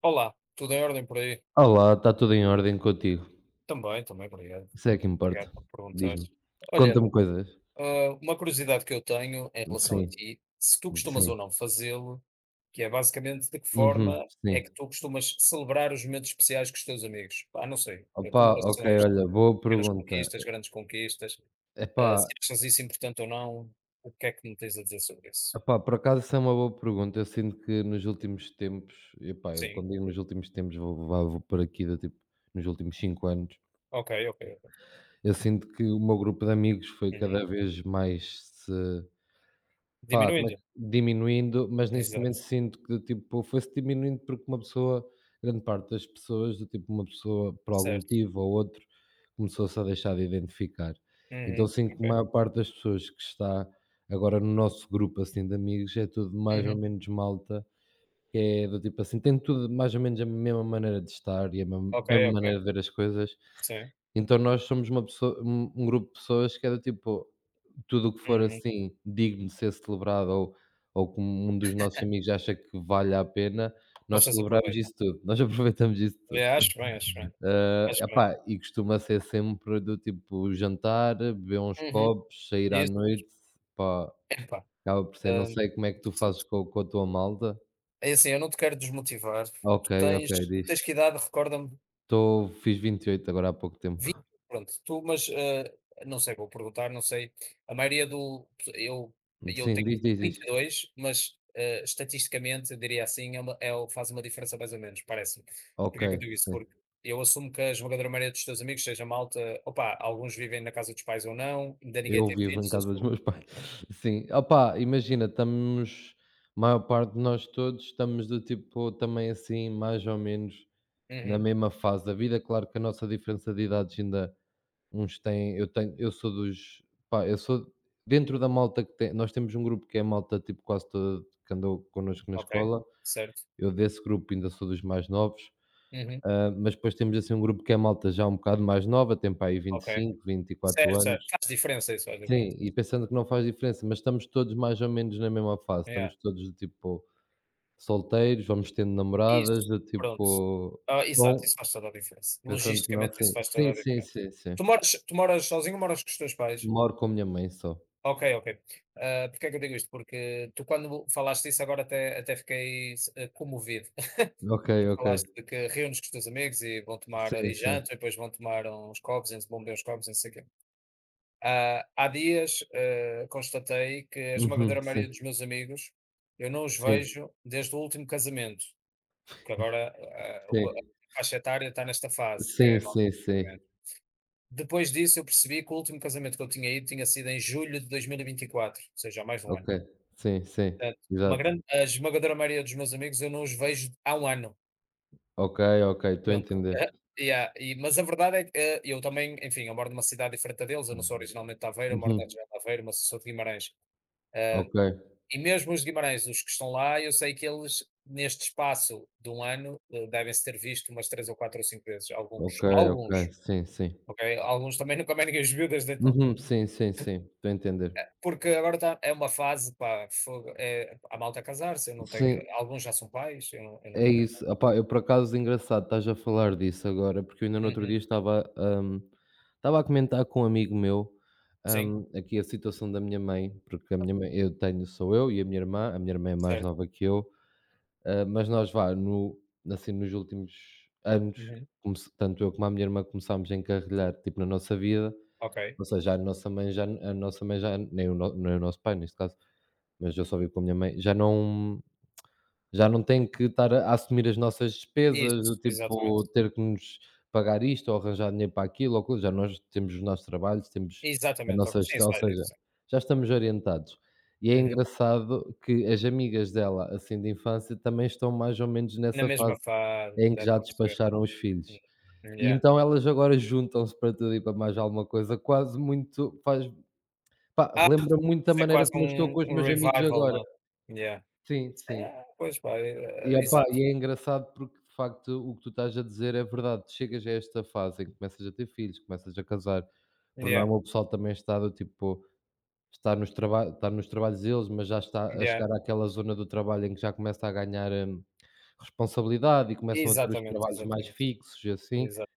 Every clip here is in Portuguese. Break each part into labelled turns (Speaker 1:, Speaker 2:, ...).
Speaker 1: Olá, tudo em ordem por aí?
Speaker 2: Olá, está tudo em ordem contigo?
Speaker 1: Também, também, obrigado.
Speaker 2: Isso é que
Speaker 1: Obrigado
Speaker 2: importa.
Speaker 1: por perguntar.
Speaker 2: Diz-me.
Speaker 1: Olha,
Speaker 2: Conta-me coisas.
Speaker 1: uma curiosidade que eu tenho em relação a
Speaker 2: Sim,
Speaker 1: ti, se tu costumas
Speaker 2: sim.
Speaker 1: ou não fazê-lo, que é basicamente de que forma
Speaker 2: Uhum,
Speaker 1: é que
Speaker 2: sim.
Speaker 1: tu costumas celebrar os momentos especiais com os teus amigos? Não sei,
Speaker 2: Opa, ok,
Speaker 1: comemorações
Speaker 2: olha,
Speaker 1: de
Speaker 2: boa
Speaker 1: pequenas
Speaker 2: pergunta.
Speaker 1: conquistas, grandes conquistas, se
Speaker 2: Epá,
Speaker 1: achas isso importante ou não, o que é que me tens a dizer sobre isso?
Speaker 2: epá, por acaso isso é uma boa pergunta. Eu sinto que nos últimos tempos, epá, eu
Speaker 1: Sim,
Speaker 2: quando digo nos últimos tempos, vou, vou por aqui, do tipo, nos últimos cinco anos,
Speaker 1: ok, ok. Ok.
Speaker 2: eu sinto que o meu grupo de amigos foi cada
Speaker 1: Uhum.
Speaker 2: vez mais se... Pá, como é que...
Speaker 1: Diminuindo?
Speaker 2: diminuindo, mas neste momento
Speaker 1: Exato,
Speaker 2: sinto que, do tipo, foi-se diminuindo porque uma pessoa... grande parte das pessoas, do tipo, uma pessoa, por algum
Speaker 1: certo.
Speaker 2: motivo ou outro, começou-se a deixar de identificar. Então
Speaker 1: Uhum,
Speaker 2: sinto que a
Speaker 1: ok,
Speaker 2: maior parte das pessoas que está agora no nosso grupo, assim, de amigos, é tudo mais ou
Speaker 1: uhum,
Speaker 2: menos malta, que é do tipo assim, tem tudo mais ou menos a mesma maneira de estar e a ma
Speaker 1: ok,
Speaker 2: mesma maneira de
Speaker 1: ok.
Speaker 2: ver as coisas.
Speaker 1: Sim,
Speaker 2: Então nós somos uma pessoa... um grupo de pessoas que é do tipo, tudo o que for
Speaker 1: uhum.
Speaker 2: assim digno de ser celebrado ou... ou como um dos nossos amigos acha que vale a pena, nós
Speaker 1: Vocês
Speaker 2: celebramos
Speaker 1: aproveitam.
Speaker 2: isso tudo, nós aproveitamos isso tudo.
Speaker 1: É, acho bem, acho bem,
Speaker 2: Ah,
Speaker 1: acho bem.
Speaker 2: epá, e costuma ser sempre do tipo jantar, beber uns
Speaker 1: Uhum,
Speaker 2: copos, sair
Speaker 1: é
Speaker 2: à
Speaker 1: isso
Speaker 2: noite,
Speaker 1: mesmo.
Speaker 2: pá,
Speaker 1: Epá,
Speaker 2: acaba por ser... não
Speaker 1: hã,
Speaker 2: sei como é que tu fazes
Speaker 1: interessante.
Speaker 2: com a tua malta.
Speaker 1: É assim, eu não te quero desmotivar,
Speaker 2: Ok,
Speaker 1: tu
Speaker 2: ok,
Speaker 1: tens tu
Speaker 2: diz.
Speaker 1: tens que idade, recorda-me?
Speaker 2: Estou... fiz 28 agora há pouco tempo.
Speaker 1: Vi, pronto, tu, mas, não sei, vou perguntar, não sei. A maioria do eu eu
Speaker 2: Sim,
Speaker 1: tenho
Speaker 2: diz, diz,
Speaker 1: trinta
Speaker 2: diz.
Speaker 1: e dois mas, estatisticamente, eu diria assim, é uma é o faz uma diferença mais ou menos, parece-me.
Speaker 2: Ok,
Speaker 1: Porquê é que eu digo isso?
Speaker 2: sim.
Speaker 1: Porque eu assumo que a esmagadora maioria dos teus amigos seja malta. Opa, alguns vivem na casa dos pais ou não, ainda ninguém
Speaker 2: Eu
Speaker 1: tem
Speaker 2: vivo em
Speaker 1: filhos,
Speaker 2: casa dos
Speaker 1: assumo.
Speaker 2: meus pais. Sim. Opá, imagina, estamos... maior parte de nós todos estamos do tipo também assim, mais ou menos na
Speaker 1: Uhum,
Speaker 2: mesma fase da vida. Claro que a nossa diferença de idades ainda... uns têm... eu tenho... eu sou dos... pá, eu sou... dentro da malta que tem... nós temos um grupo que é a malta tipo quase toda que andou connosco na
Speaker 1: ok,
Speaker 2: escola.
Speaker 1: certo.
Speaker 2: Eu desse grupo ainda sou dos mais novos,
Speaker 1: Uhum,
Speaker 2: hã, mas depois temos assim um grupo que é a malta já um bocado mais nova, tem para aí
Speaker 1: ok.
Speaker 2: 25, 24
Speaker 1: Certo, certo.
Speaker 2: anos.
Speaker 1: Faz diferença isso, faz
Speaker 2: Sim,
Speaker 1: diferença.
Speaker 2: e pensando que não faz diferença, mas estamos todos mais ou menos na mesma fase,
Speaker 1: Yeah.
Speaker 2: estamos todos do tipo solteiros, vamos tendo namoradas,
Speaker 1: Isso,
Speaker 2: do
Speaker 1: pronto.
Speaker 2: tipo...
Speaker 1: Ah, exato,
Speaker 2: bom,
Speaker 1: isso faz toda a diferença.
Speaker 2: pensando que não,
Speaker 1: Logisticamente isso
Speaker 2: sim.
Speaker 1: faz toda
Speaker 2: Sim,
Speaker 1: a
Speaker 2: sim,
Speaker 1: diferença.
Speaker 2: sim, sim.
Speaker 1: Tu moras sozinho ou moras com os teus pais?
Speaker 2: Moro com a minha mãe só.
Speaker 1: Ok, ok. Ah, porque é que eu digo isto? Porque tu quando falaste isso agora até fiquei comovido.
Speaker 2: Ok,
Speaker 1: Tu
Speaker 2: ok.
Speaker 1: falaste de que reúnes com os teus amigos e
Speaker 2: Sim,
Speaker 1: e
Speaker 2: sim.
Speaker 1: jantam e depois vão tomar uns copos e vão beber uns copos e não sei o quê. Há dias, constatei que a
Speaker 2: Uhum,
Speaker 1: esmagadora
Speaker 2: sim,
Speaker 1: maioria dos meus amigos, eu não os
Speaker 2: sim,
Speaker 1: vejo desde o último casamento. Que agora a
Speaker 2: sim.
Speaker 1: faixa etária está nesta fase, que
Speaker 2: Sim,
Speaker 1: é 9
Speaker 2: sim, sim.
Speaker 1: anos. Depois disso eu percebi que o último casamento que eu tinha ido tinha sido em julho de dois mil e vinte e quatro, ou seja, há mais de 1
Speaker 2: Ok.
Speaker 1: ano.
Speaker 2: Sim, sim,
Speaker 1: Portanto, uma
Speaker 2: exato.
Speaker 1: grande a esmagadora maioria dos meus amigos eu não os vejo há um ano,
Speaker 2: Ok, ok, estou a
Speaker 1: pronto.
Speaker 2: entender.
Speaker 1: Aham, yeah, e mas a verdade é que, eu também, enfim, eu moro numa cidade diferente da deles, eu não sou originalmente de Aveiro, eu moro na
Speaker 2: Uhum.
Speaker 1: região de Aveiro, mas sou de Guimarães. Ah,
Speaker 2: Ok,
Speaker 1: e mesmo os de Guimarães, os que estão lá, eu sei que eles neste espaço de um ano, devem-se ter visto umas 3 ou 4 ou 5 vezes, alguns,
Speaker 2: ok, ok.
Speaker 1: alguns.
Speaker 2: Sim, sim.
Speaker 1: Ok, alguns também nunca mais ninguém os viu desde então.
Speaker 2: Uhum, sim, sim, sim, estou a entender.
Speaker 1: Porque agora tá, é uma fase, pá, fogo, é, há malta a casar-se, eu não tenho,
Speaker 2: Sim.
Speaker 1: alguns já são pais, eu
Speaker 2: É
Speaker 1: não
Speaker 2: isso.
Speaker 1: tenho.
Speaker 2: Opá, eu por acaso... engraçado estás a falar disso agora, porque eu ainda no outro
Speaker 1: Uhum,
Speaker 2: dia estava, estava a comentar com um amigo meu,
Speaker 1: sim,
Speaker 2: aqui a situação da minha mãe, porque a minha mãe, eu tenho... sou eu e a minha irmã é mais
Speaker 1: certo.
Speaker 2: nova que eu, ah, mas nós vá, no, assim, nos últimos anos,
Speaker 1: Uhum,
Speaker 2: tanto eu como a minha irmã começámos a encarrilhar, tipo, na nossa vida,
Speaker 1: ok.
Speaker 2: ou seja, a nossa mãe já, nem o nosso pai neste caso, mas eu só vivo com a minha mãe, já não tem que estar a assumir as nossas despesas, do
Speaker 1: Isso, exatamente.
Speaker 2: tipo, ter que nos pagar isto ou arranjar dinheiro para aquilo ou coisa, já nós temos os nossos trabalhos, temos a
Speaker 1: Exatamente, ok,
Speaker 2: nossa
Speaker 1: sim,
Speaker 2: gestão, ou
Speaker 1: sai-
Speaker 2: seja,
Speaker 1: sai.
Speaker 2: já estamos orientados. E é
Speaker 1: Uhum.
Speaker 2: engraçado que as amigas dela, assim, de infância, também estão mais ou menos
Speaker 1: Na
Speaker 2: nessa
Speaker 1: mesma
Speaker 2: fase
Speaker 1: fase,
Speaker 2: em que
Speaker 1: já
Speaker 2: já
Speaker 1: estou a perceber.
Speaker 2: despacharam os filhos.
Speaker 1: Uhum,
Speaker 2: E
Speaker 1: yeah.
Speaker 2: então elas agora juntam-se para tudo e para mais alguma coisa, quase... muito faz... pá,
Speaker 1: Ah,
Speaker 2: relembra muito a
Speaker 1: isso é
Speaker 2: maneira
Speaker 1: quase
Speaker 2: como eu estou
Speaker 1: um,
Speaker 2: com os
Speaker 1: um
Speaker 2: meus amigos
Speaker 1: revival,
Speaker 2: agora.
Speaker 1: não? Yeah.
Speaker 2: Sim, sim.
Speaker 1: É, pois pá,
Speaker 2: E
Speaker 1: é, é,
Speaker 2: opá,
Speaker 1: exato.
Speaker 2: e é engraçado porque de facto o que tu estás a dizer é verdade. Chegas a esta fase em que começas a ter filhos, começas a casar, por
Speaker 1: Yeah,
Speaker 2: norma o pessoal também está do tipo, está nos trabalhos deles, mas já está a
Speaker 1: yeah.
Speaker 2: chegar àquela zona do trabalho em que já começa a ganhar, responsabilidade e começam a ter os
Speaker 1: Exatamente,
Speaker 2: trabalhos mais
Speaker 1: exatamente.
Speaker 2: fixos e assim,
Speaker 1: Exato.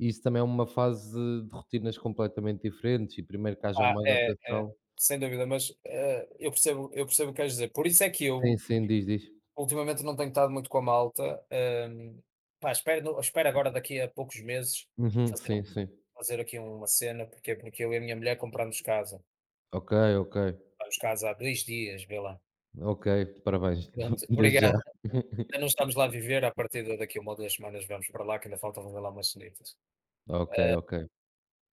Speaker 2: e isso também é uma fase de rotinas completamente diferentes e primeiro que haja
Speaker 1: Ah,
Speaker 2: uma
Speaker 1: é, é,
Speaker 2: adaptação...
Speaker 1: sem dúvida, mas, eu percebo o que queres dizer. Por isso é que
Speaker 2: sim,
Speaker 1: eu,
Speaker 2: sim, diz, diz.
Speaker 1: ultimamente, não tenho estado muito com a malta, hum, pá, espero no espero agora daqui a poucos meses
Speaker 2: Uhum,
Speaker 1: fazer
Speaker 2: sim, sim.
Speaker 1: aqui uma cena, porque eu e a minha mulher comprámos casa.
Speaker 2: Ok, ok.
Speaker 1: Comprámos casa há 2 dias, vê lá.
Speaker 2: Ok, parabéns,
Speaker 1: Pronto,
Speaker 2: desde já.
Speaker 1: obrigado. Ainda não estamos lá a viver, à partida daqui a 1 ou 2 semanas vamos para lá, que ainda falta lá umas cenitas.
Speaker 2: Ok, ok.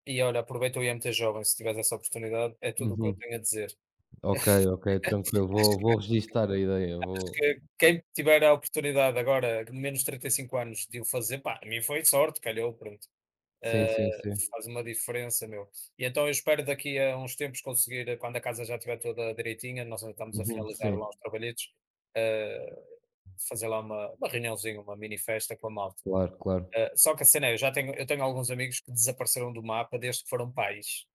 Speaker 1: E olha, aproveita o IMT Jovem, se tiveres essa oportunidade, é tudo o que eu
Speaker 2: Uhum.
Speaker 1: tenho a dizer.
Speaker 2: Ok, ok, tranquilo. Vou... vou registar a ideia, vou...
Speaker 1: Acho que quem tiver a oportunidade agora, com menos de 35 anos, de o fazer, pá, a mim foi sorte, calhou, pronto.
Speaker 2: sim, sim, sim.
Speaker 1: Faz uma diferença, meu. E então eu espero daqui a uns tempos conseguir, quando a casa já estiver toda direitinha, nós ainda estamos a
Speaker 2: Uhum,
Speaker 1: finalizar
Speaker 2: sim.
Speaker 1: lá os trabalhetos, eh, fazer lá uma reuniãozinha, uma mini festa com a malta.
Speaker 2: Claro, claro.
Speaker 1: Só que a cena é, eu tenho alguns amigos que desapareceram do mapa desde que foram pais.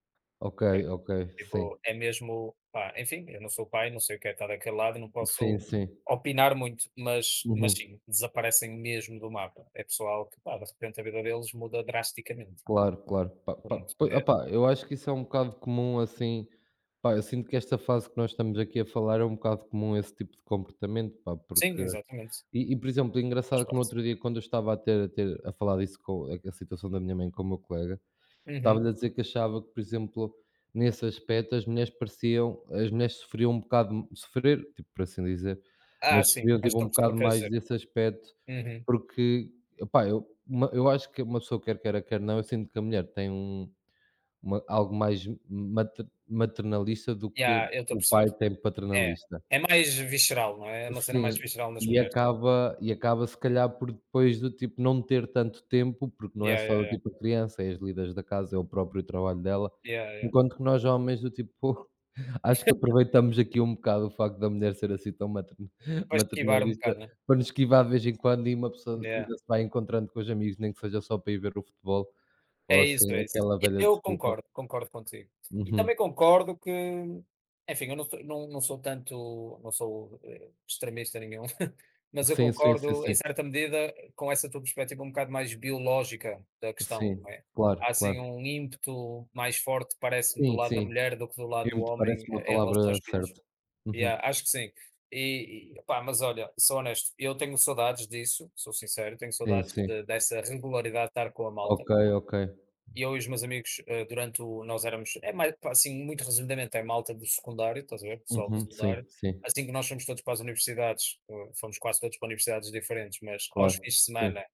Speaker 2: Ok, ok, sim.
Speaker 1: Tipo, é mesmo, pá, enfim, eu não sou pai, não sei o que é estar daquele lado, não
Speaker 2: Sim,
Speaker 1: posso
Speaker 2: sim.
Speaker 1: opinar muito, mas,
Speaker 2: Uhum.
Speaker 1: sim, desaparecem mesmo do mapa. É pessoal que, pá, de repente a vida deles muda drasticamente.
Speaker 2: Claro, claro. Pa pa
Speaker 1: Pronto.
Speaker 2: po
Speaker 1: É,
Speaker 2: opá, eu acho que isso é um bocado comum, assim, pá, eu sinto que esta fase que nós estamos aqui a falar é um bocado comum esse tipo de comportamento, pá,
Speaker 1: sim,
Speaker 2: porque...
Speaker 1: exatamente.
Speaker 2: e, por exemplo,
Speaker 1: Faz
Speaker 2: engraçado que no
Speaker 1: parte.
Speaker 2: outro dia quando eu estava a falar disso com a situação da minha mãe com o meu colega,
Speaker 1: Uhum.
Speaker 2: estava-lhe a dizer que achava que, por exemplo, nesse aspecto as mulheres sofriam um bocado... sofrer, tipo, por assim dizer,
Speaker 1: Ah,
Speaker 2: mas
Speaker 1: sim,
Speaker 2: sofriam,
Speaker 1: acho
Speaker 2: tipo,
Speaker 1: que estou
Speaker 2: um
Speaker 1: a perceber
Speaker 2: bocado
Speaker 1: o que queres
Speaker 2: mais
Speaker 1: dizer.
Speaker 2: desse aspecto,
Speaker 1: Uhum.
Speaker 2: porque, epá, eu acho que uma pessoa quer queira, quer não, eu sinto que a mulher tem um... uma algo mais maternalista do que
Speaker 1: Yeah, eu estou a
Speaker 2: o
Speaker 1: perceber.
Speaker 2: pai tem
Speaker 1: É.
Speaker 2: paternalista.
Speaker 1: É mais visceral, não é? É uma cena mais
Speaker 2: Sim,
Speaker 1: visceral nas
Speaker 2: e
Speaker 1: mulheres.
Speaker 2: acaba se calhar por depois do tipo não ter tanto tempo, porque não é
Speaker 1: Yeah,
Speaker 2: só
Speaker 1: yeah,
Speaker 2: do
Speaker 1: yeah.
Speaker 2: tipo a criança, é as lidas da casa, é o próprio trabalho dela,
Speaker 1: Yeah, yeah.
Speaker 2: enquanto que nós homens do tipo, acho que aproveitamos aqui um bocado o facto da mulher ser assim tão materna
Speaker 1: Para esquivar um
Speaker 2: maternalista
Speaker 1: bocado, né?
Speaker 2: para nos esquivar de vez em quando e uma pessoa
Speaker 1: Yeah.
Speaker 2: ainda se vai encontrando com os amigos, nem que seja só para ir ver o futebol ou
Speaker 1: É isso,
Speaker 2: assim,
Speaker 1: é isso.
Speaker 2: aquela
Speaker 1: E
Speaker 2: velha
Speaker 1: eu
Speaker 2: desculpa.
Speaker 1: concordo, concordo contigo. E também
Speaker 2: Uhum.
Speaker 1: concordo que, enfim, eu não sou não sou tanto não sou, extremista nenhum, mas eu
Speaker 2: Sim, sim, sim,
Speaker 1: concordo em
Speaker 2: sim.
Speaker 1: certa medida com essa tua perspectiva um bocado mais biológica da questão,
Speaker 2: Sim,
Speaker 1: não é?
Speaker 2: claro,
Speaker 1: Há assim
Speaker 2: claro.
Speaker 1: um ímpeto mais forte, parece-me, do
Speaker 2: Sim,
Speaker 1: lado da
Speaker 2: sim.
Speaker 1: mulher do que do lado do
Speaker 2: Emo-te
Speaker 1: homem
Speaker 2: parece uma
Speaker 1: em
Speaker 2: palavra
Speaker 1: relação aos filhos.
Speaker 2: certa. Uhum.
Speaker 1: Yeah, acho que sim. E opá, mas olha, sou honesto, eu tenho saudades disso, sou sincero, tenho
Speaker 2: Sim,
Speaker 1: saudades
Speaker 2: sim.
Speaker 1: de dessa regularidade de estar com a malta.
Speaker 2: Ok, ok.
Speaker 1: E eu e os meus amigos, eh, durante o nós éramos é mais pá, assim, muito resumidamente, é malta do secundário, estás a ver? Pessoal do
Speaker 2: Uhum. Sim,
Speaker 1: secundário.
Speaker 2: sim,
Speaker 1: Assim que nós fomos todos para as universidades, fomos quase todos para universidades diferentes, mas aos
Speaker 2: claro.
Speaker 1: fins de
Speaker 2: Sim.
Speaker 1: semana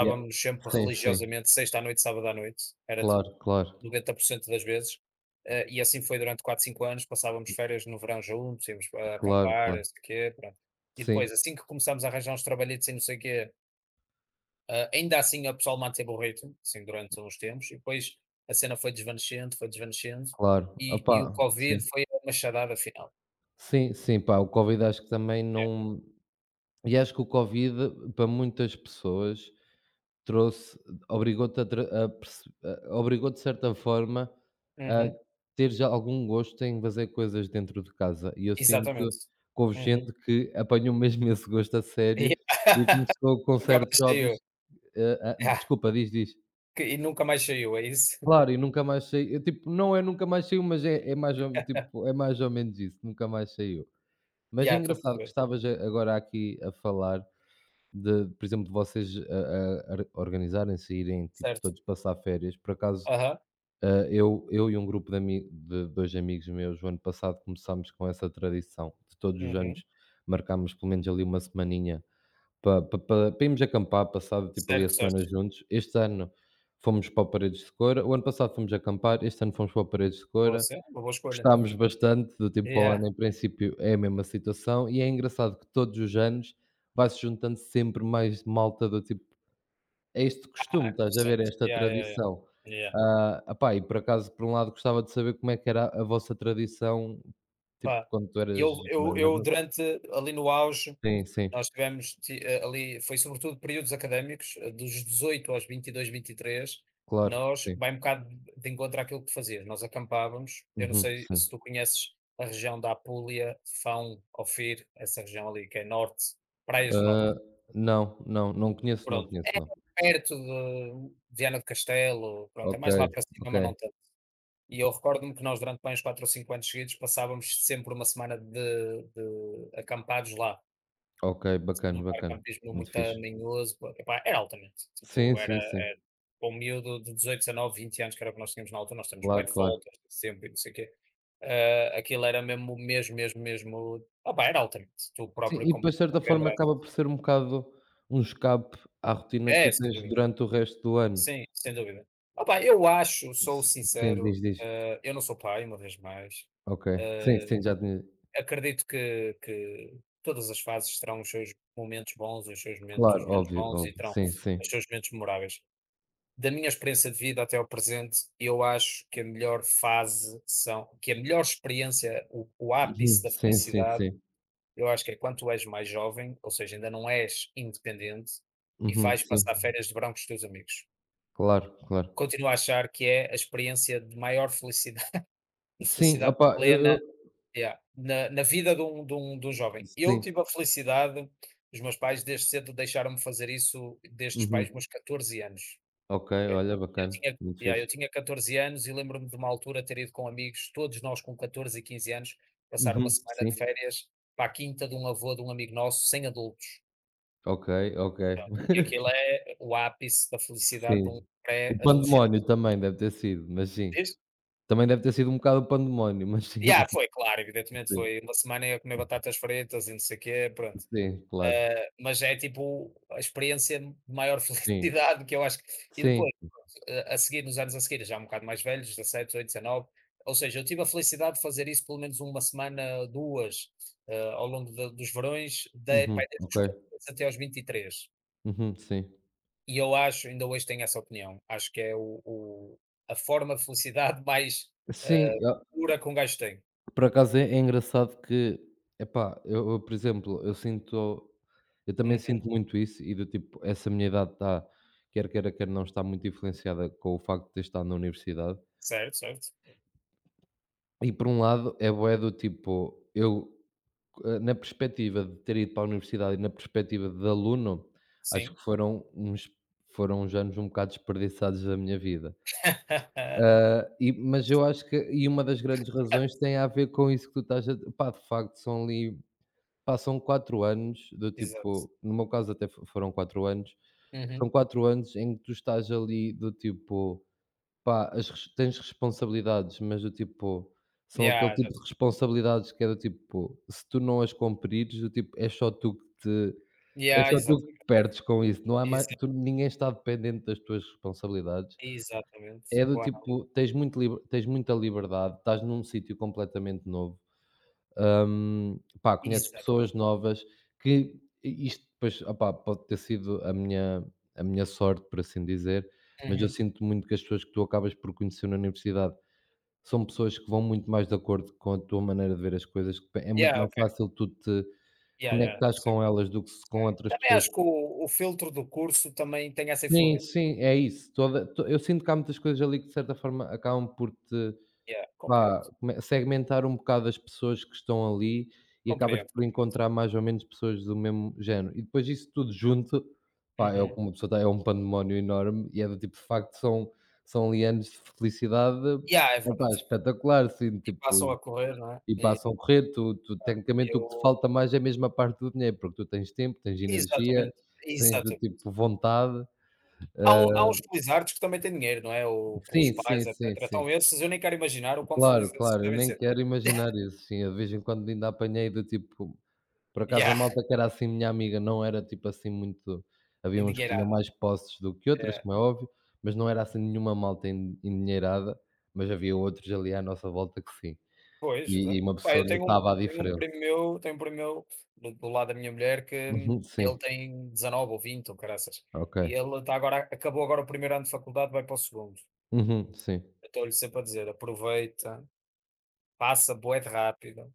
Speaker 2: Yeah.
Speaker 1: sempre
Speaker 2: Sim, sim.
Speaker 1: religiosamente, sexta à noite, sábado à noite, era tipo
Speaker 2: Claro, claro.
Speaker 1: 90% das vezes. E assim foi durante 4 5 anos, passávamos férias no verão juntos, íamos
Speaker 2: Claro,
Speaker 1: acampar, não
Speaker 2: claro.
Speaker 1: sei o quê, pronto. E
Speaker 2: Sim,
Speaker 1: depois, assim que começámos a arranjar uns trabalhitos e não sei o quê, ainda assim, o pessoal manteve o ritmo, assim, durante uns tempos, e depois a cena foi desvanecendo,
Speaker 2: claro.
Speaker 1: e o
Speaker 2: Opá, sim.
Speaker 1: Covid foi uma charada final.
Speaker 2: Sim, sim, pá, o covid acho que também
Speaker 1: Yeah.
Speaker 2: não... e acho que o covid para muitas pessoas trouxe... obrigou-te a tra a perce a obrigou de certa forma a
Speaker 1: Uhum,
Speaker 2: ter já algum gosto em fazer coisas dentro de casa e eu sinto
Speaker 1: exatamente.
Speaker 2: que houve
Speaker 1: Uhum.
Speaker 2: gente que apanhou mesmo esse gosto a sério e começou com
Speaker 1: Nunca
Speaker 2: certos
Speaker 1: mais
Speaker 2: hobbies...
Speaker 1: saiu.
Speaker 2: hã,
Speaker 1: Yeah.
Speaker 2: desculpa, diz, diz.
Speaker 1: E nunca mais saiu, é isso?
Speaker 2: Claro, e nunca mais saiu. Eu, tipo, não é nunca mais saiu, mas é mais ou... tipo, é mais ou menos isso, nunca mais saiu. Mas é
Speaker 1: Já, estou a
Speaker 2: engraçado que
Speaker 1: perceber.
Speaker 2: estavas a agora aqui a falar de, por exemplo, de vocês, ah, ah, ar organizarem-se, irem, tipo,
Speaker 1: Certo.
Speaker 2: todos passar férias. Por acaso,
Speaker 1: Aham.
Speaker 2: ah, eu e um grupo de 2 amigos meus, o ano passado começámos com essa tradição de todos os
Speaker 1: Uhum.
Speaker 2: anos marcarmos pelo menos ali uma semaninha para pa pa pa para irmos acampar, passado tipo, ali a
Speaker 1: Certo,
Speaker 2: semana
Speaker 1: certo.
Speaker 2: juntos. Este ano... fomos para o Paredes de Coura o ano passado fomos acampar, este ano fomos para o Paredes de
Speaker 1: Boa
Speaker 2: Coura,
Speaker 1: cena, uma boa escolha.
Speaker 2: gostámos bastante, do tempo... para o
Speaker 1: Yeah.
Speaker 2: ano, em princípio, é a mesma situação e é engraçado que todos os anos vai-se juntando sempre mais malta do tipo... é este costume,
Speaker 1: Ah,
Speaker 2: estás a ver? É
Speaker 1: interessante.
Speaker 2: esta
Speaker 1: Yeah, yeah, yeah.
Speaker 2: tradição.
Speaker 1: Yeah.
Speaker 2: Ah, opá, e por acaso, por um lado, gostava de saber como é que era a vossa tradição, tipo,
Speaker 1: Pá,
Speaker 2: quando tu eras
Speaker 1: Eu,
Speaker 2: ma
Speaker 1: eu,
Speaker 2: mais
Speaker 1: eu
Speaker 2: novo.
Speaker 1: durante ali no auge
Speaker 2: Sim, sim,
Speaker 1: Nós tivemos ti- eh, ali, foi sobretudo períodos académicos, dos 18 aos 22, 23,
Speaker 2: claro,
Speaker 1: nós,
Speaker 2: sim.
Speaker 1: vai um bocado de encontro àquilo que fazias. Nós acampávamos, eu não
Speaker 2: Uhum,
Speaker 1: sei
Speaker 2: sim.
Speaker 1: se tu conheces a região da Apulia, Fão, Ofir, essa região ali que é norte, Praias do Norte,
Speaker 2: Ah, não, não, não conheço, não
Speaker 1: pronto.
Speaker 2: conheço,
Speaker 1: É
Speaker 2: não.
Speaker 1: perto de Viana do Castelo, pronto, é
Speaker 2: Ok,
Speaker 1: mais lá para cima,
Speaker 2: ok,
Speaker 1: mas não tanto. E eu recordo-me que nós, durante bem uns 4 ou 5 anos seguidos, passávamos sempre uma semana de acampados lá.
Speaker 2: ok,
Speaker 1: Assim,
Speaker 2: bacana,
Speaker 1: num parque de
Speaker 2: bacana,
Speaker 1: campismo
Speaker 2: muito
Speaker 1: muito
Speaker 2: fixe.
Speaker 1: manhoso, epá, era altamente,
Speaker 2: Sim,
Speaker 1: tipo, era
Speaker 2: sim, sim,
Speaker 1: era para um miúdo de 18, 19, 20 anos, que era o que nós tínhamos na altura, nós temos bué
Speaker 2: claro,
Speaker 1: de
Speaker 2: claro.
Speaker 1: fotos, sempre e não sei o quê, aquilo era mesmo, mesmo, mesmo, mesmo, opá, era altamente, tu
Speaker 2: Sim,
Speaker 1: próprio
Speaker 2: e
Speaker 1: com
Speaker 2: depois de certa forma
Speaker 1: compreenderás.
Speaker 2: acaba por ser um bocado um escape à rotina que tu
Speaker 1: É, sem
Speaker 2: tens
Speaker 1: dúvida,
Speaker 2: durante o resto do ano.
Speaker 1: sim, sem dúvida. Opá, eu acho,
Speaker 2: S
Speaker 1: sou
Speaker 2: sim, diz,
Speaker 1: sincero,
Speaker 2: diz.
Speaker 1: eu não sou pai, uma vez mais.
Speaker 2: Ok. Sim, sim,
Speaker 1: ah
Speaker 2: já tinha...
Speaker 1: Acredito que todas as fases terão os seus momentos bons, os seus
Speaker 2: claro,
Speaker 1: momentos menos
Speaker 2: óbvio,
Speaker 1: bons e
Speaker 2: óbvio.
Speaker 1: terão
Speaker 2: Sim, sim.
Speaker 1: os seus momentos memoráveis. Da minha experiência de vida até ao presente, eu acho que a melhor fase são que a melhor experiência, o ápice
Speaker 2: Uhum.
Speaker 1: da
Speaker 2: Sim, sim,
Speaker 1: felicidade,
Speaker 2: sim.
Speaker 1: eu acho que é quando tu és mais jovem, ou seja, ainda não és independente e
Speaker 2: Uhum,
Speaker 1: vais passar
Speaker 2: sim.
Speaker 1: férias de verão com os teus amigos.
Speaker 2: Claro, claro.
Speaker 1: Continuo a achar que é a experiência de maior felicidade, de
Speaker 2: Sim,
Speaker 1: felicidade
Speaker 2: opa, eu
Speaker 1: plena. Yeah. Na vida de um jovem. Eu
Speaker 2: sim.
Speaker 1: tive a felicidade, os meus pais desde cedo deixaram-me fazer isso, desde os pais
Speaker 2: Uhum.
Speaker 1: meus 14 anos.
Speaker 2: Ok,
Speaker 1: Ok.
Speaker 2: olha,
Speaker 1: Eu
Speaker 2: bacana,
Speaker 1: tinha
Speaker 2: muito
Speaker 1: Yeah, eu
Speaker 2: fixe.
Speaker 1: tinha 14 anos e lembro-me de uma altura ter ido com amigos, todos nós com 14 e 15 anos, passar uma
Speaker 2: Uhum,
Speaker 1: semana
Speaker 2: sim.
Speaker 1: de férias para a quinta de um avô de um amigo nosso, sem adultos.
Speaker 2: Ok, ok.
Speaker 1: E aquilo é o ápice da felicidade de um
Speaker 2: Sim. O
Speaker 1: pré-adolescente.
Speaker 2: pandemónio também deve ter sido, mas sim.
Speaker 1: Diz?
Speaker 2: Também deve ter sido um bocado o pandemónio, mas sim,
Speaker 1: Yeah, foi, claro, evidentemente
Speaker 2: sim.
Speaker 1: foi uma semana a comer batatas fritas e não sei o quê, pronto.
Speaker 2: Sim, claro.
Speaker 1: Mas é tipo a experiência de maior
Speaker 2: Sim,
Speaker 1: felicidade que eu acho que. E depois,
Speaker 2: sim.
Speaker 1: a seguir, nos anos a seguir, já um bocado mais velhos, 17, 18, 19, ou seja, eu tive a felicidade de fazer isso pelo menos uma semana, duas, ao longo dos verões, de, pá,
Speaker 2: Uhum,
Speaker 1: desde os
Speaker 2: ok.
Speaker 1: 14 até aos 23. E três.
Speaker 2: Uhum, sim.
Speaker 1: E eu acho, ainda hoje tenho essa opinião, acho que é a forma de felicidade mais
Speaker 2: Sim,
Speaker 1: eh,
Speaker 2: ah,
Speaker 1: pura que um gajo tem.
Speaker 2: por acaso é engraçado que, epá, eu, por exemplo, eu também
Speaker 1: Uhum.
Speaker 2: sinto muito isso e do tipo, essa minha idade está, quer queira, quer não, está muito influenciada com o facto de ter estado na universidade.
Speaker 1: Certo, certo.
Speaker 2: E por um lado é bué do tipo, eu, eh, na perspectiva de ter ido para a universidade e na perspectiva de aluno, acho
Speaker 1: Sim.
Speaker 2: que foram uns... anos um bocado desperdiçados da minha vida. Ah, e mas eu acho que... e uma das grandes razões tem a ver com isso que tu estás a... pá, de facto, são ali... passam 4 anos do
Speaker 1: Exato.
Speaker 2: tipo, no meu caso até fo foram 4 anos,
Speaker 1: Uhum.
Speaker 2: são 4 anos em que tu estás ali do tipo, pá, as res tens responsabilidades, mas do tipo, são aquele
Speaker 1: Yeah,
Speaker 2: tipo de responsabilidades que é do tipo, se tu não as cumprires, do tipo, é só tu que te é
Speaker 1: yeah,
Speaker 2: só tu que perdes com isso, não há mais...
Speaker 1: exa
Speaker 2: tu ninguém está dependente das tuas responsabilidades.
Speaker 1: exatamente.
Speaker 2: É do
Speaker 1: Boa análise.
Speaker 2: tipo, tens muita liberdade, estás num sítio completamente novo, pá, conheces pessoas
Speaker 1: Exatamente.
Speaker 2: novas que i isto depois, opá, pode ter sido a minha sorte, por assim dizer, mas eu
Speaker 1: Uhum.
Speaker 2: sinto muito que as pessoas que tu acabas por conhecer na universidade são pessoas que vão muito mais de acordo com a tua maneira de ver as coisas, que é muito
Speaker 1: Yeah,
Speaker 2: mais
Speaker 1: ok.
Speaker 2: fácil tu te
Speaker 1: Yeah, yeah,
Speaker 2: conectares
Speaker 1: percebo.
Speaker 2: com elas do que se com
Speaker 1: É.
Speaker 2: outras
Speaker 1: Também
Speaker 2: pessoas.
Speaker 1: acho que o filtro do curso também tem essa
Speaker 2: Sim,
Speaker 1: influência.
Speaker 2: sim, é isso. Toda to eu sinto que há muitas coisas ali que de certa forma acabam por te...
Speaker 1: Yeah,
Speaker 2: vá,
Speaker 1: compreendo,
Speaker 2: come segmentar um bocado as pessoas que estão ali e acabas
Speaker 1: compreendo,
Speaker 2: por
Speaker 1: compreendo.
Speaker 2: encontrar mais ou menos pessoas do mesmo género. E depois isso tudo junto, pá, é o
Speaker 1: Uhum.
Speaker 2: que uma pessoa está... é um pandemónio enorme e é do tipo, de facto, são são ali anos de felicidade,
Speaker 1: Yeah, é
Speaker 2: opá,
Speaker 1: verdade.
Speaker 2: espetacular, assim,
Speaker 1: E
Speaker 2: tipo,
Speaker 1: passam a correr, não é?
Speaker 2: e passam a correr, tu tecnicamente o que te
Speaker 1: Eu
Speaker 2: falta mais é mesmo a parte do dinheiro, porque tu tens tempo, tens energia,
Speaker 1: Exatamente,
Speaker 2: tens do
Speaker 1: exato.
Speaker 2: tipo vontade. Hã,
Speaker 1: Há uns felizardos artes que também têm dinheiro, não é? Ou pelos
Speaker 2: sim, sim,
Speaker 1: pais,
Speaker 2: sim,
Speaker 1: etcétera.
Speaker 2: sim.
Speaker 1: Então esses eu nem quero imaginar o quão
Speaker 2: Claro,
Speaker 1: felizes esses
Speaker 2: claro, eu
Speaker 1: devem
Speaker 2: nem
Speaker 1: ser.
Speaker 2: quero imaginar isso, sim. Eu de vez em quando ainda apanhei do tipo... por acaso a
Speaker 1: Yeah,
Speaker 2: malta que era assim minha amiga não era tipo assim muito... havia uns que tinham
Speaker 1: endinheirada.
Speaker 2: mais posses do que outras,
Speaker 1: É.
Speaker 2: como é óbvio, mas não era assim nenhuma malta en endinheirada, mas havia outros ali à nossa volta que sim.
Speaker 1: Pois,
Speaker 2: E
Speaker 1: exato.
Speaker 2: uma
Speaker 1: Pá,
Speaker 2: pessoa
Speaker 1: eu tenho um
Speaker 2: notava a diferença.
Speaker 1: primo meu do lado da minha mulher que
Speaker 2: Uhum, sim,
Speaker 1: ele tem 19 ou 20 ou caraças,
Speaker 2: ok.
Speaker 1: e ele está agora acabou agora o primeiro ano de faculdade, vai para o segundo º.
Speaker 2: Uhum, sim.
Speaker 1: Eu estou-lhe sempre a dizer: "Aproveita, passa bué de rápido,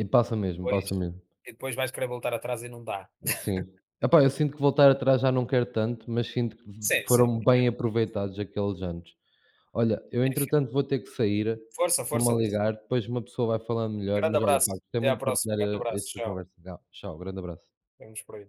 Speaker 2: E passa mesmo,
Speaker 1: depois
Speaker 2: passa mesmo.
Speaker 1: vais querer voltar atrás e não dá".
Speaker 2: Sim. Epá, eu sinto que voltar atrás já não quero tanto, mas sinto que
Speaker 1: Sim, sim,
Speaker 2: foram bem aproveitados aqueles anos. Olha, eu
Speaker 1: enfim.
Speaker 2: entretanto vou ter que sair,
Speaker 1: Força,
Speaker 2: estão-me a
Speaker 1: força nisso.
Speaker 2: ligar, depois uma pessoa vai falando melhor,
Speaker 1: Grande
Speaker 2: mas olha, pá,
Speaker 1: abraço,
Speaker 2: gostei
Speaker 1: até à
Speaker 2: muito de
Speaker 1: próxima.
Speaker 2: partilhar,
Speaker 1: Grande
Speaker 2: eh,
Speaker 1: abraço,
Speaker 2: esta
Speaker 1: tchau.
Speaker 2: conversa. Tchau, grande abraço.
Speaker 1: Vemo-nos por aí.